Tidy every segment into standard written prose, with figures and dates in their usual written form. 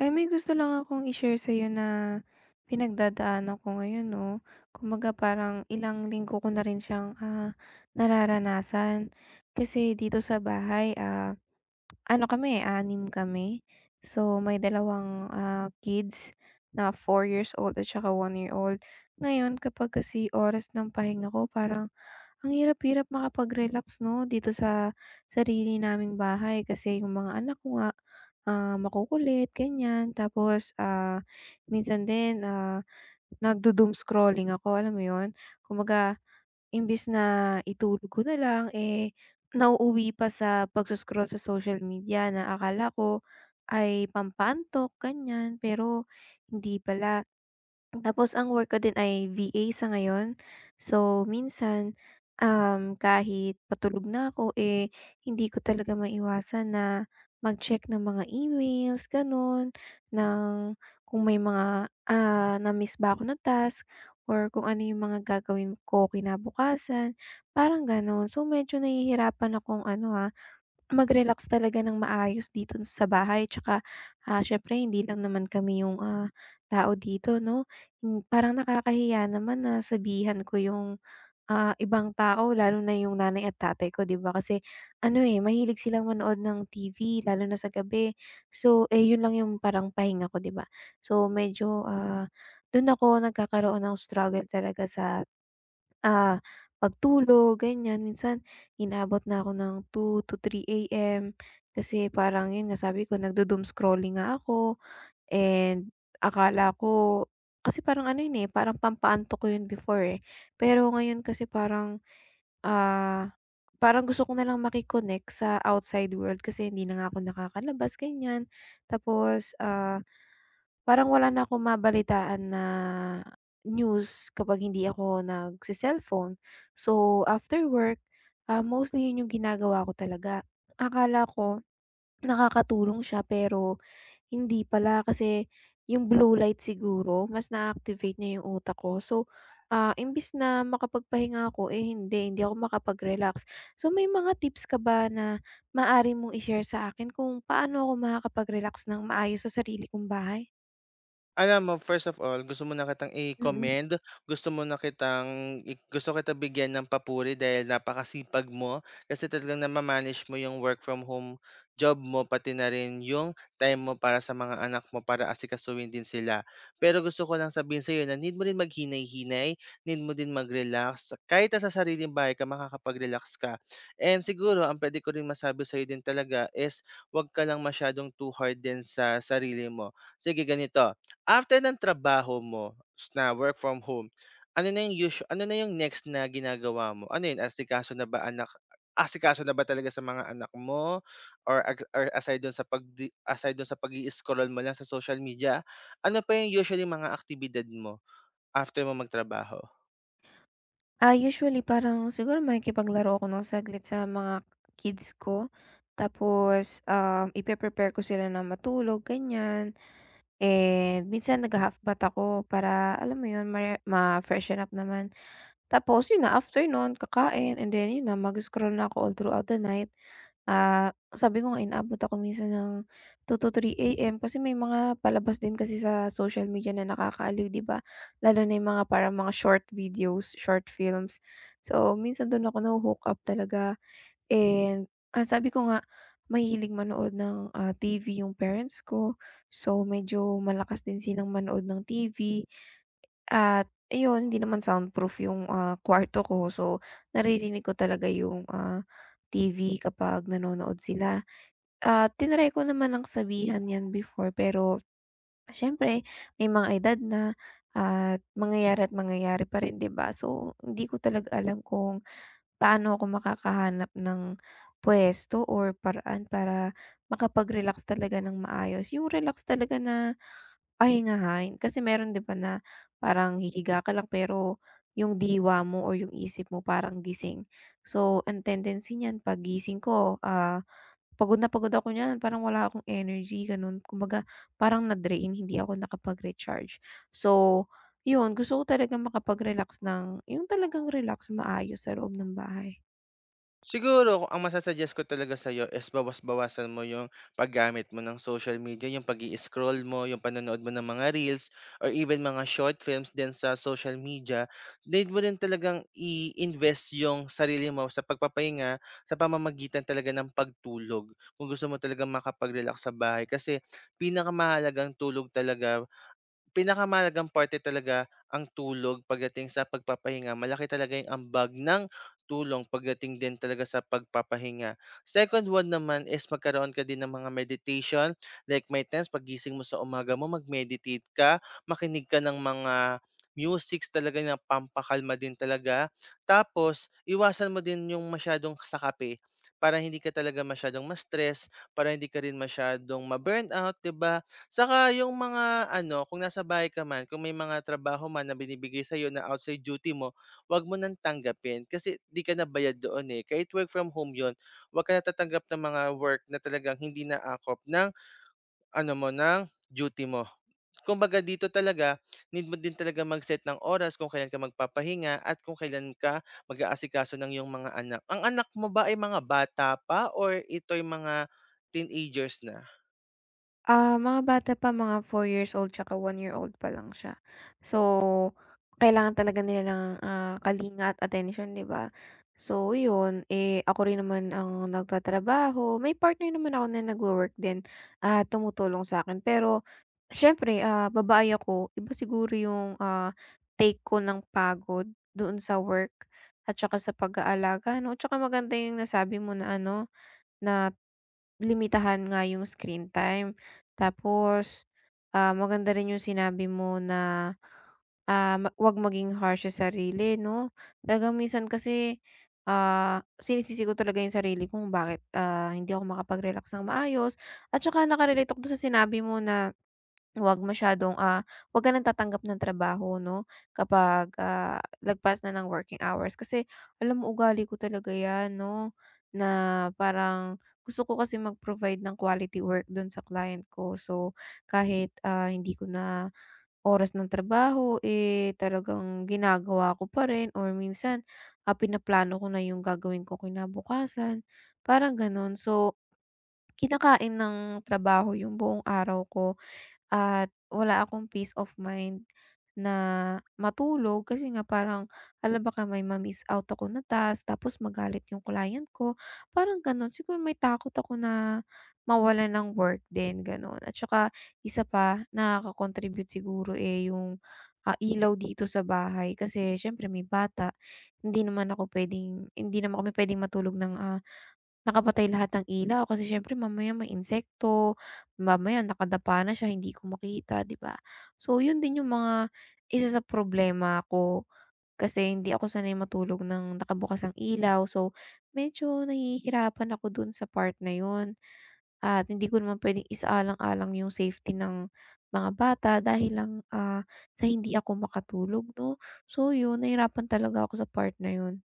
Ay, may gusto lang akong i-share sa'yo na pinagdadaanan ko ngayon 'no. Kumbaga parang ilang linggo ko na rin siyang, nararanasan. Kasi dito sa bahay, ano kami, anim kami. So, may dalawang, kids na 4 years old at saka 1 year old. Ngayon kapag kasi oras ng pahinga ko parang ang hirap-hirap makapag-relax 'no, dito sa sarili naming bahay kasi yung mga anak ko nga, makukulit ganyan tapos, minsan din, nagdo-doom scrolling ako, alam mo 'yun? Kumbaga imbis na itulog ko na lang, eh, nauuwi pa sa pagso sa social media na akala ko ay pampantok ganyan, pero hindi pala. Tapos ang work ko din ay VA sa ngayon. So, minsan, kahit patulog na ako, eh, hindi ko talaga maiwasan na mag-check ng mga emails, ganun, ng kung may mga na-miss ba ako na task or kung ano yung mga gagawin ko kinabukasan, parang ganun. So, medyo nahihirapan akong ano ha, mag-relax talaga ng maayos dito sa bahay tsaka, siyempre hindi lang naman kami yung, tao dito 'no. Parang nakakahiya naman na sabihan ko yung, ibang tao lalo na yung nanay at tatay ko 'di ba kasi ano, eh, mahilig silang manood ng TV lalo na sa gabi. So, eh, yun lang yung parang pahinga ko 'di ba. So medyo, dun ako nagkakaroon ng struggle talaga sa Ah, pagtulog ganyan. Minsan inaabot na ako ng 2 to 3 AM kasi parang yun nga sabi ko nagdo-doom scrolling nga ako and akala ko kasi parang ano yun, eh, parang pampaantok ko yun before, eh. Pero ngayon kasi ah, parang gusto ko na lang connect sa outside world kasi hindi na nga ako nakakalabas ganyan. Tapos, parang wala na akong mabalitaan na news kapag hindi ako nagse-cellphone. So, after work, mostly 'yun yung ginagawa ko talaga. Akala ko nakakatulong siya pero hindi pala kasi yung blue light siguro mas na-activate niya yung utak ko. So, imbes na makapagpahinga ako, eh, hindi ako makapag-relax. So, may mga tips ka ba na maaari mong i-share sa akin kung paano ako makakapag-relax ng maayos sa sarili kong bahay? Alam mo, first of all, gusto mo na kitang Mm. i-commend, gusto kita bigyan ng papuri dahil napakasipag mo kasi talagang nama mo yung work from home job mo, pati na rin yung time mo para sa mga anak mo para asikasuhin din sila. Pero gusto ko lang sabihin sa'yo na need mo rin maghinay-hinay, need mo din mag-relax. Kahit sa sariling bahay ka, makakapag-relax ka. And siguro, ang pwede ko rin masabi sa'yo din talaga is wag ka lang masyadong too hard din sa sarili mo. Sige, ganito. After ng trabaho mo s- na work from home, ano na yung usual, ano na yung next na ginagawa mo? Ano yun, asikaso na ba talaga sa mga anak mo? Or aside dun sa pag-i-scroll mo lang sa social media, ano pa yung usually mga aktibidad mo after mo magtrabaho? Usually parang siguro makikipaglaro ako ng saglit sa mga kids ko. Tapos, ipe-prepare ko sila na matulog, ganyan. And minsan nagha-half bath ako para, alam mo yun, ma-freshen up naman. Tapos, yun na, after nun, kakain. And then, yun na, mag-scroll na ako all throughout the night. Sabi ko nga inaabot ako minsan ng 2 to 3 AM kasi may mga palabas din kasi sa social media na nakakaaliw, 'di ba? Lalo na yung mga parang mga short videos, short films. So, minsan dun ako naho-hook up talaga and, sabi ko nga mahilig manood ng, TV yung parents ko. So, medyo malakas din silang manood ng TV at ayun, hindi naman soundproof yung, kwarto ko. So, naririnig ko talaga yung, TV kapag nanonood sila. Tinry ko naman ng sabihan 'yan before pero siyempre may mga edad na at mangyayari pa rin, 'di ba? So, hindi ko talaga alam kung paano ako makakahanap ng puwesto or paraan para makapag-relax talaga ng maayos. Yung relax talaga na pahingahan kasi meron, 'di ba, na parang hihiga ka lang pero yung diwa mo or yung isip mo parang gising. So, ang tendency niyan 'pag gising ko, pagod na pagod ako niyan, parang wala akong energy gano'n. Kumbaga parang na-drain, hindi ako nakapag-recharge. So, 'yun gusto ko talagang makapag-relax ng yung talagang relax, maayos sa loob ng bahay. Siguro ang masu ko talaga sa'yo is bawas-bawasan mo yung paggamit mo ng social media, yung pag scroll mo, yung panonood mo ng mga reels or even mga short films din sa social media. Need mo rin talagang i-invest yung sarili mo sa pagpapahinga sa pamamagitan talaga ng pagtulog, kung gusto mo talaga makapag-relax sa bahay. Kasi pinakamahalagang tulog talaga pinakamalagang parte talaga ang tulog pagdating sa pagpapahinga. Malaki talaga yung ambag ng tulong pagdating din talaga sa pagpapahinga. Second one naman is magkaroon ka din ng mga meditation, like may times pagising mo sa umaga mo, mag-meditate ka, makinig ka ng mga musics talaga na pampakalma din talaga. Tapos, iwasan mo din yung masyadong sakape para hindi ka talaga masyadong ma-stress, para hindi ka rin masyadong ma-burnout, 'di ba? Saka yung mga ano, kung nasa bahay ka man, kung may mga trabaho man na binibigay sa'yo na outside duty mo, wag mo nang tanggapin kasi 'di ka na bayad doon, eh. Kahit work from home yon, wag ka na tatanggap ng mga work na talagang hindi naakop ng ano mo, ng duty mo. Kumbaga dito talaga, need mo din talaga mag-set ng oras kung kailan ka magpapahinga at kung kailan ka mag-aasikaso ng iyong mga anak. Ang anak mo ba ay mga bata pa or ito'y mga teenagers na? Mga bata pa, mga 4 years old tsaka 1 year old pa lang siya. So, kailangan talaga nila ng, kalinga at attention 'di ba? So, yun, eh, ako rin naman ang nagtatrabaho. May partner naman ako na nagwo-work din at tumutulong sa akin. Pero siyempre, babae ako, iba siguro yung, take ko ng pagod doon sa work at tsaka sa pag-aalaga, 'no? Tsaka maganda yung nasabi mo na ano na limitahan nga yung screen time. Tapos, maganda rin yung sinabi mo na, ah, ma 'wag maging harsh sa sarili 'no? Talagang minsan kasi, sinisisi ko talaga yung sarili ko kung bakit, hindi ako makapag-relax ng maayos at saka naka-relate ako dun sa sinabi mo na Huwag masyadong, ah, huwag ka ng tatanggap ng trabaho 'no, kapag, lagpas na ng working hours. Kasi alam mo ugali ko talaga 'yan 'no, na parang gusto ko kasi mag-provide ng quality work do'n sa client ko. So, kahit, hindi ko na oras ng trabaho, eh, talagang ginagawa ko pa rin or minsan, pinaplano ko na 'yung gagawin ko kinabukasan, parang gano'n. So, kinakain ng trabaho 'yung buong araw ko. At wala akong peace of mind na matulog kasi nga parang, hala baka may ma-miss out ako na task tapos magalit yung client ko, parang gano'n. Siguro may takot ako na mawalan ng work din, gano'n. At saka isa pa, nakaka-contribute siguro, eh, yung, ilaw dito sa bahay kasi siyempre may bata. Hindi naman kami puwedeng matulog ng, nakapatay lahat ng ilaw kasi siyempre mamaya may insekto, mamaya nakadapa na siya hindi ko makita, 'di ba? So, 'yun din yung mga isa sa problema ko kasi hindi ako sanay matulog ng nakabukas ang ilaw. So, medyo nahihirapan ako dun sa part na 'yun at hindi ko naman puwedeng isaalang-alang yung safety ng mga bata dahil lang, sa hindi ako makatulog 'no. So 'yun, nahirapan talaga ako sa part na 'yun.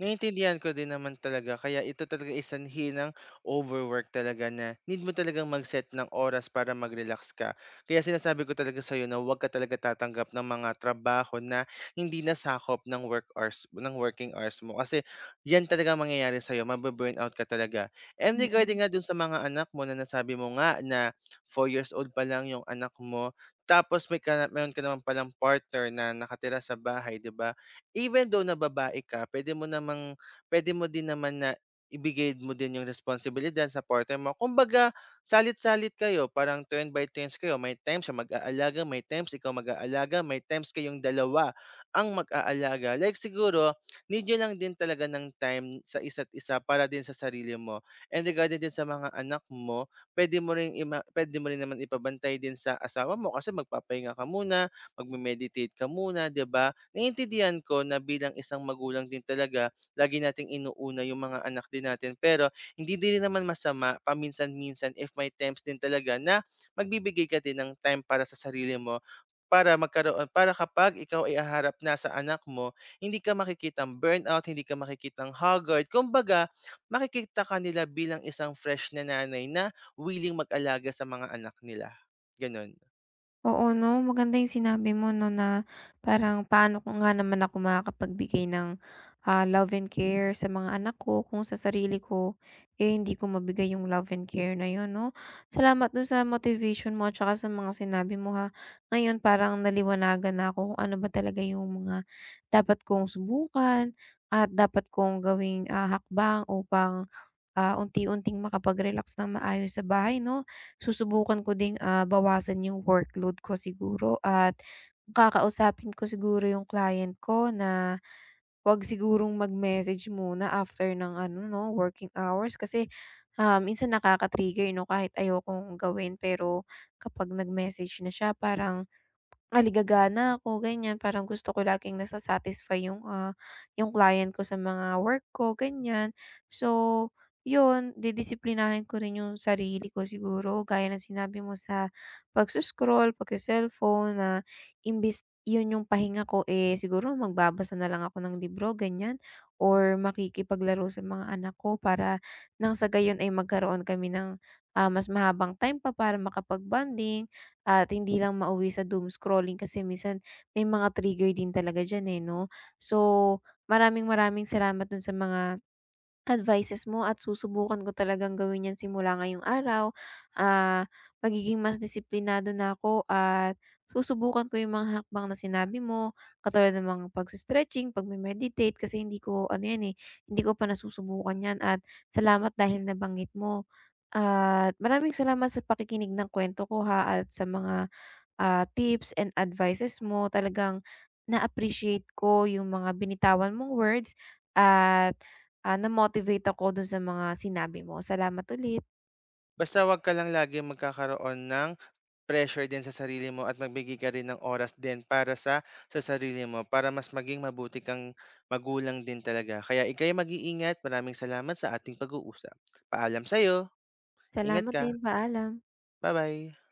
Naiintindihan ko din naman talaga kaya ito talaga ay sanhi ng overwork talaga na need mo talagang mag-set ng oras para mag-relax ka. Kaya sinasabi ko talaga sa'yo na huwag ka talaga tatanggap ng mga trabaho na hindi nasakop ng working hours mo kasi yan talaga ang mangyayari sa'yo, mabe out ka talaga. And Mm. regarding nga dun sa mga anak mo na nasabi mo nga na 4 years old pa lang yung anak mo, tapos meron ka naman palang partner na nakatira sa bahay, 'di ba? Even though na babae ka, puwede mo din naman na ibigay mo din yung responsibilidad sa partner mo. Kumbaga salit-salit kayo, parang turn by turns kayo. May times siya mag-aalaga, may times ikaw mag-aalaga, may times kayong dalawa ang mag-aalaga. Like siguro need niyo lang din talaga ng time sa isa't isa para din sa sarili mo. And regarding din sa mga anak mo, puwede mo rin naman ipabantay din sa asawa mo kasi magpapahinga ka muna, magme-meditate ka muna, 'di ba? Naiintindihan ko na bilang isang magulang din talaga, lagi nating inuuna yung mga anak din natin. Pero hindi din naman masama paminsan-minsan if may times din talaga na magbibigay ka din ng time para sa sarili mo para kapag ikaw ay aharap na sa anak mo, hindi ka makikitang burnout, hindi ka makikitang haggard. Kumbaga, makikita ka nila bilang isang fresh na nanay na willing mag-alaga sa mga anak nila. Ganun. Oo 'no, maganda yung sinabi mo 'no, na parang paano ko nga naman ako makakapagbigay ng, love and care sa mga anak ko kung sa sarili ko, eh, hindi ko mabigay yung love and care na yun 'no. Salamat dun sa motivation mo at saka sa mga sinabi mo ha. Ngayon parang naliwanagan na ako kung ano ba talaga yung mga dapat kong subukan at dapat kong gawing, hakbang upang unti-unting makapag-relax ng maayos sa bahay 'no. Susubukan ko ding, bawasan yung workload ko siguro at kakausapin ko siguro yung client ko na 'wag sigurong mag-message muna after ng ano 'no, working hours kasi, minsan nakaka-trigger 'no, kahit ayokong gawin pero kapag nag-message na siya parang aligagana ako ganyan, parang gusto ko laging nasa-satisfy yung client ko sa mga work ko ganyan. So, yun didisiplinahin ko rin yung sarili ko siguro gaya ng sinabi mo sa pagso-scroll, pagse-cellphone na imbis yun yung pahinga ko, eh, siguro magbabasa na lang ako ng libro ganyan or makikipaglaro sa mga anak ko para nang sa gayon ay magkaroon kami ng, mas mahabang time pa para makapag at hindi lang mauwi sa doom scrolling kasi minsan may mga trigger din talaga diyan, eh, 'no? So, maraming maraming salamat dun sa mga advices mo at susubukan ko talagang gawin 'yan simula ngayong araw. Ah, Magiging mas disiplinado na ako at susubukan ko yung mga hakbang na sinabi mo, katulad ng mga pagse-stretching, pagme-meditate kasi hindi ko ano 'yan, eh, hindi ko pa nasusubukan 'yan at salamat dahil nabanggit mo. At maraming salamat sa pakikinig ng kwento ko, ha, at sa mga tips and advices mo. Talagang na-appreciate ko yung mga binitawan mong words at, na-motivate ako dun sa mga sinabi mo. Salamat ulit. Basta 'wag ka lang lagi magkakaroon ng pressure din sa sarili mo, at magbigay ka rin ng oras din para sa sarili mo, para mas maging mabuti kang magulang din talaga. Kaya ika'y mag-iingat. Maraming salamat sa ating pag-uusap. Paalam sa'yo. Ingat Salamat ka. din, paalam. Bye bye.